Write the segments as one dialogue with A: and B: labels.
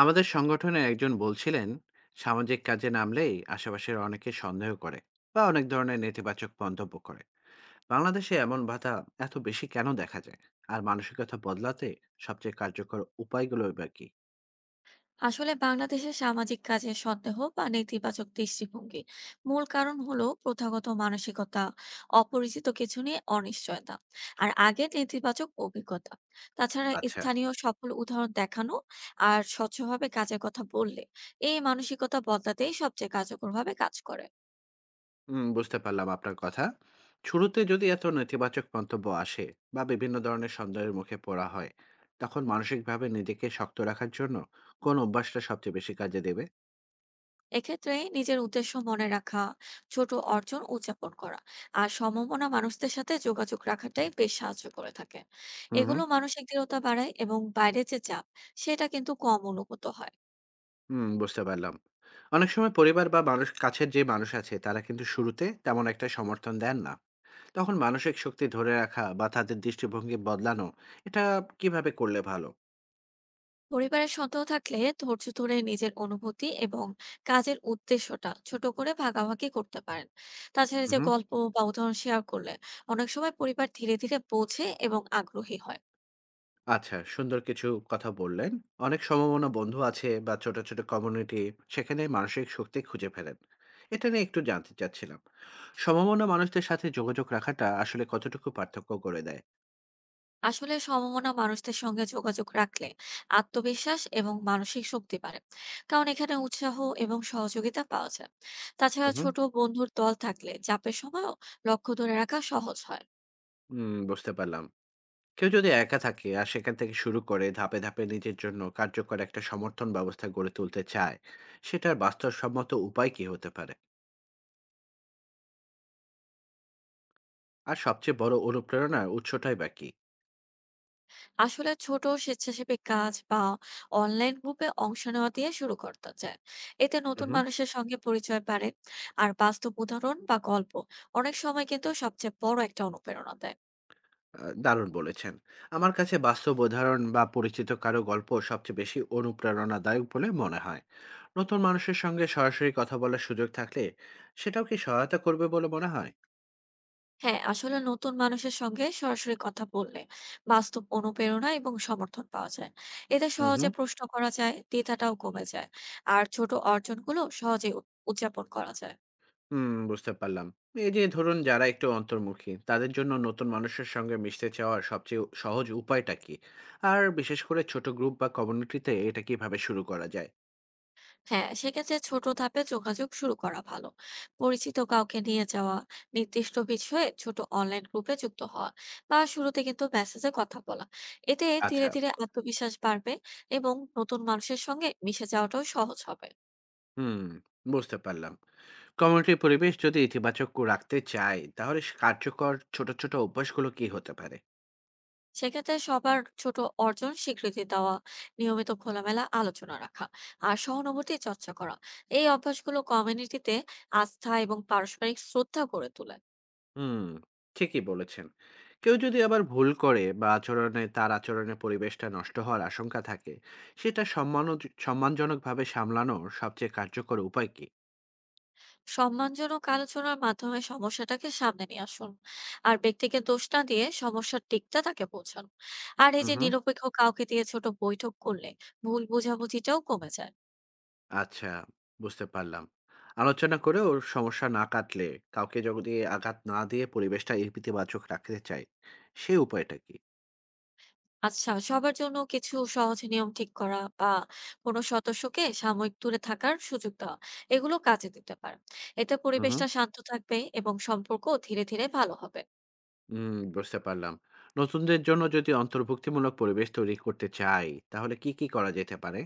A: আমাদের সংগঠনের একজন বলছিলেন, সামাজিক কাজে নামলেই আশেপাশের অনেকে সন্দেহ করে বা অনেক ধরনের নেতিবাচক মন্তব্য করে। বাংলাদেশে এমন বাধা এত বেশি কেন দেখা যায়? আর মানসিকতা বদলাতে সবচেয়ে কার্যকর উপায়গুলো বা কি?
B: আসলে বাংলাদেশের সামাজিক কাজে সন্দেহ বা নেতিবাচক দৃষ্টিভঙ্গি মূল কারণ হলো প্রথাগত মানসিকতা, অপরিচিত কিছু নিয়ে অনিশ্চয়তা আর আগের নেতিবাচক অভিজ্ঞতা। তাছাড়া
A: আচ্ছা।
B: স্থানীয় সফল উদাহরণ দেখানো আর স্বচ্ছভাবে কাজের কথা বললে এই মানসিকতা বদলাতেই সবচেয়ে কার্যকরভাবে কাজ করে।
A: হুম, বুঝতে পারলাম আপনার কথা। শুরুতে যদি এত নেতিবাচক মন্তব্য আসে বা বিভিন্ন ধরনের সন্দেহের মুখে পড়া হয়, তখন মানসিকভাবে নিজেকে শক্ত রাখার জন্য কোন অভ্যাসটা সবচেয়ে বেশি কাজে দেবে?
B: এক্ষেত্রে নিজের উদ্দেশ্য মনে রাখা, ছোট অর্জন উদযাপন করা আর সম্ভাবনা মানুষদের সাথে যোগাযোগ রাখাটাই বেশ সাহায্য করে থাকে।
A: হুম, হুম।
B: এগুলো মানসিক দৃঢ়তা বাড়ায় এবং বাইরে যে চাপ, সেটা কিন্তু কম অনুভূত হয়।
A: হুম, বুঝতে পারলাম। অনেক সময় পরিবার বা মানুষ কাছের যে মানুষ আছে তারা কিন্তু শুরুতে তেমন একটা সমর্থন দেন না। তখন মানসিক শক্তি ধরে রাখা বা তাদের দৃষ্টিভঙ্গি বদলানো, এটা কিভাবে করলে ভালো?
B: পরিবারের সন্তান থাকলে ধৈর্য ধরে নিজের অনুভূতি এবং কাজের উদ্দেশ্যটা ছোট করে ভাগাভাগি করতে পারেন। তাছাড়া যে
A: উহু।
B: গল্প বা উদাহরণ শেয়ার করলে অনেক সময় পরিবার ধীরে ধীরে বোঝে এবং আগ্রহী হয়।
A: আচ্ছা, সুন্দর কিছু কথা বললেন। অনেক সমমনা বন্ধু আছে বা ছোট, ছোট কমিউনিটি, সেখানে মানসিক শক্তি খুঁজে ফেলেন। এটা নিয়ে একটু জানতে চাচ্ছিলাম। সমমনা মানুষদের সাথে যোগাযোগ রাখাটা আসলে কতটুকু পার্থক্য করে দেয়?
B: আসলে সমমনা মানুষদের সঙ্গে যোগাযোগ রাখলে আত্মবিশ্বাস এবং মানসিক শক্তি বাড়ে, কারণ এখানে উৎসাহ এবং সহযোগিতা পাওয়া যায়। তাছাড়া
A: উহু।
B: ছোট বন্ধুর দল থাকলে চাপের সময়ও লক্ষ্য ধরে রাখা সহজ হয়।
A: হুম, বুঝতে পারলাম। কেউ যদি একা থাকে আর সেখান থেকে শুরু করে ধাপে ধাপে নিজের জন্য কার্যকর একটা সমর্থন ব্যবস্থা গড়ে তুলতে চায়, সেটার বাস্তবসম্মত উপায় কি হতে পারে? আর সবচেয়ে বড় অনুপ্রেরণার উৎসটাই বা কি?
B: আসলে ছোট স্বেচ্ছাসেবী কাজ বা অনলাইন গ্রুপে অংশ নেওয়া দিয়ে শুরু করতে যায়। এতে নতুন
A: হুম।
B: মানুষের সঙ্গে পরিচয় বাড়ে। আর বাস্তব উদাহরণ বা গল্প অনেক সময় কিন্তু সবচেয়ে বড় একটা অনুপ্রেরণা দেয়।
A: আহ, দারুণ বলেছেন। আমার কাছে বাস্তব উদাহরণ বা পরিচিত কারো গল্প সবচেয়ে বেশি অনুপ্রেরণাদায়ক বলে মনে হয়। নতুন মানুষের সঙ্গে সরাসরি কথা বলার সুযোগ থাকলে সেটাও কি সহায়তা করবে বলে মনে হয়?
B: হ্যাঁ, আসলে নতুন মানুষের সঙ্গে সরাসরি কথা বললে বাস্তব অনুপ্রেরণা এবং সমর্থন পাওয়া যায়। এতে
A: হুম।
B: সহজে প্রশ্ন করা যায়, দ্বিধাটাও কমে যায়। আর ছোট অর্জনগুলো সহজে উদযাপন করা যায়।
A: হুম, বুঝতে পারলাম। এই যে ধরুন যারা একটু অন্তর্মুখী, তাদের জন্য নতুন মানুষের সঙ্গে মিশতে চাওয়ার সবচেয়ে সহজ উপায়টা কি? আর বিশেষ করে ছোট গ্রুপ বা কমিউনিটিতে এটা কিভাবে শুরু করা যায়?
B: হ্যাঁ, সেক্ষেত্রে ছোট ধাপে যোগাযোগ শুরু করা ভালো। পরিচিত কাউকে নিয়ে যাওয়া, নির্দিষ্ট বিষয়ে ছোট অনলাইন গ্রুপে যুক্ত হওয়া বা শুরুতে কিন্তু মেসেজে কথা বলা, এতে ধীরে
A: আচ্ছা।
B: ধীরে আত্মবিশ্বাস বাড়বে এবং নতুন মানুষের সঙ্গে মিশে যাওয়াটাও সহজ হবে।
A: হুম, বুঝতে পারলাম। কমিউনিটির পরিবেশ যদি ইতিবাচক রাখতে চায়, তাহলে কার্যকর ছোট, ছোট অভ্যাসগুলো কি হতে পারে?
B: সেক্ষেত্রে সবার ছোট অর্জন স্বীকৃতি দেওয়া, নিয়মিত খোলামেলা আলোচনা রাখা আর সহানুভূতি চর্চা করা, এই অভ্যাসগুলো কমিউনিটিতে আস্থা এবং পারস্পরিক শ্রদ্ধা গড়ে তোলে।
A: হুম, ঠিকই বলেছেন। কেউ যদি আবার ভুল করে বা আচরণে তার আচরণে পরিবেশটা নষ্ট হওয়ার আশঙ্কা থাকে, সেটা সম্মানজনকভাবে সামলানোর সবচেয়ে কার্যকর উপায় কী?
B: সম্মানজনক আলোচনার মাধ্যমে সমস্যাটাকে সামনে নিয়ে আসুন আর ব্যক্তিকে দোষ না দিয়ে সমস্যার দিকটা তাকে বোঝান। আর এই
A: হুম,
B: যে
A: হুম।
B: নিরপেক্ষ কাউকে দিয়ে ছোট বৈঠক করলে ভুল বোঝাবুঝিটাও কমে যায়।
A: আচ্ছা, বুঝতে পারলাম। আলোচনা করেও সমস্যা না কাটলে কাউকে যদি আঘাত না দিয়ে পরিবেশটা ইতিবাচক রাখতে চাই, সেই উপায়টা কী?
B: আচ্ছা, সবার জন্য কিছু সহজ নিয়ম ঠিক করা বা কোনো সদস্যকে সাময়িক দূরে থাকার সুযোগ দেওয়া, এগুলো কাজে দিতে পারে। এতে
A: হুম, হুম।
B: পরিবেশটা শান্ত থাকবে এবং সম্পর্ক ধীরে ধীরে ভালো হবে।
A: বুঝতে পারলাম। নতুনদের জন্য যদি অন্তর্ভুক্তিমূলক পরিবেশ তৈরি করতে চাই, তাহলে কী, কী করা যেতে পারে?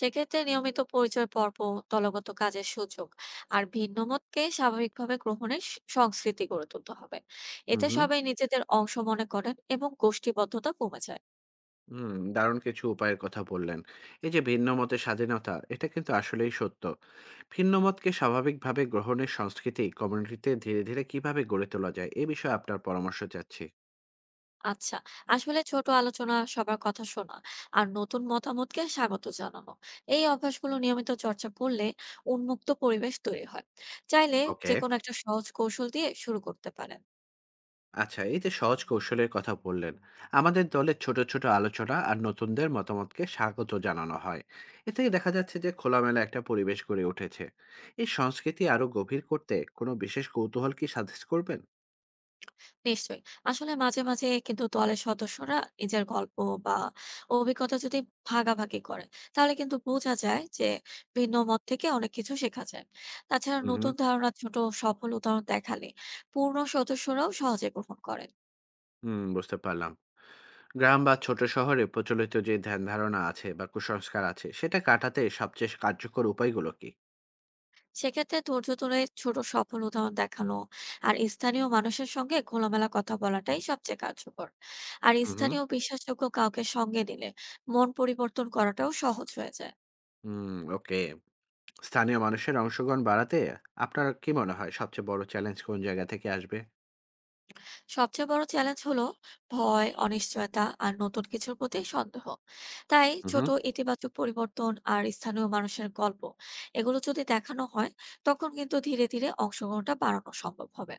B: সেক্ষেত্রে নিয়মিত পরিচয় পর্ব, দলগত কাজের সুযোগ আর ভিন্ন মতকে স্বাভাবিকভাবে গ্রহণের সংস্কৃতি গড়ে তুলতে হবে।
A: হুম,
B: এতে
A: হুম।
B: সবাই নিজেদের অংশ মনে করেন এবং গোষ্ঠীবদ্ধতা কমে যায়।
A: হুম, দারুণ কিছু উপায়ের কথা বললেন। এই যে ভিন্ন মতের স্বাধীনতা, এটা কিন্তু আসলেই সত্য। ভিন্ন মতকে স্বাভাবিকভাবে গ্রহণের সংস্কৃতি কমিউনিটিতে ধীরে, ধীরে কিভাবে গড়ে তোলা যায়? এ বিষয়ে আপনার পরামর্শ চাচ্ছি।
B: আচ্ছা, আসলে ছোট আলোচনা, সবার কথা শোনা আর নতুন মতামতকে স্বাগত জানানো, এই অভ্যাসগুলো নিয়মিত চর্চা করলে উন্মুক্ত পরিবেশ তৈরি হয়। চাইলে যে
A: ওকে।
B: কোনো একটা সহজ কৌশল দিয়ে শুরু করতে পারেন।
A: আচ্ছা, এই যে সহজ কৌশলের কথা বললেন, আমাদের দলে ছোট, ছোট আলোচনা আর নতুনদের মতামতকে স্বাগত জানানো হয়। এতে দেখা যাচ্ছে যে খোলামেলা একটা পরিবেশ গড়ে উঠেছে। এই সংস্কৃতি আরো গভীর করতে কোনো বিশেষ কৌতূহল কি সাজেস্ট করবেন?
B: নিশ্চয়ই, আসলে মাঝে মাঝে কিন্তু দলের সদস্যরা নিজের গল্প বা অভিজ্ঞতা যদি ভাগাভাগি করে, তাহলে কিন্তু বোঝা যায় যে ভিন্ন মত থেকে অনেক কিছু শেখা যায়। তাছাড়া
A: হুম, হুম।
B: নতুন ধারণা, ছোট সফল উদাহরণ দেখালে পূর্ণ সদস্যরাও সহজে গ্রহণ করে।
A: হুম, বুঝতে পারলাম। গ্রাম বা ছোট শহরে প্রচলিত যে ধ্যান ধারণা আছে বা কুসংস্কার আছে সেটা কাটাতে সবচেয়ে কার্যকর উপায়গুলো কি?
B: সেক্ষেত্রে ধৈর্য ধরে ছোট সফল উদাহরণ দেখানো আর স্থানীয় মানুষের সঙ্গে খোলামেলা কথা বলাটাই সবচেয়ে কার্যকর। আর
A: হুম, হুম।
B: স্থানীয় বিশ্বাসযোগ্য কাউকে সঙ্গে নিলে মন পরিবর্তন করাটাও সহজ হয়ে যায়।
A: হুম, ওকে। স্থানীয় মানুষের অংশগ্রহণ বাড়াতে আপনার কি মনে হয় সবচেয়ে বড় চ্যালেঞ্জ কোন জায়গা থেকে আসবে?
B: সবচেয়ে বড় চ্যালেঞ্জ হলো ভয়, অনিশ্চয়তা আর নতুন কিছুর প্রতি সন্দেহ। তাই
A: হুম,
B: ছোট
A: হুম।
B: ইতিবাচক পরিবর্তন আর স্থানীয় মানুষের গল্প, এগুলো যদি দেখানো হয় তখন কিন্তু ধীরে ধীরে অংশগ্রহণটা বাড়ানো সম্ভব হবে।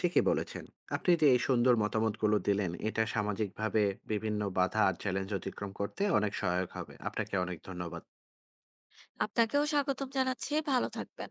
A: ঠিকই বলেছেন। আপনি যে এই সুন্দর মতামতগুলো দিলেন, এটা সামাজিকভাবে বিভিন্ন বাধা আর চ্যালেঞ্জ অতিক্রম করতে অনেক সহায়ক হবে। আপনাকে অনেক ধন্যবাদ।
B: আপনাকেও স্বাগতম জানাচ্ছি, ভালো থাকবেন।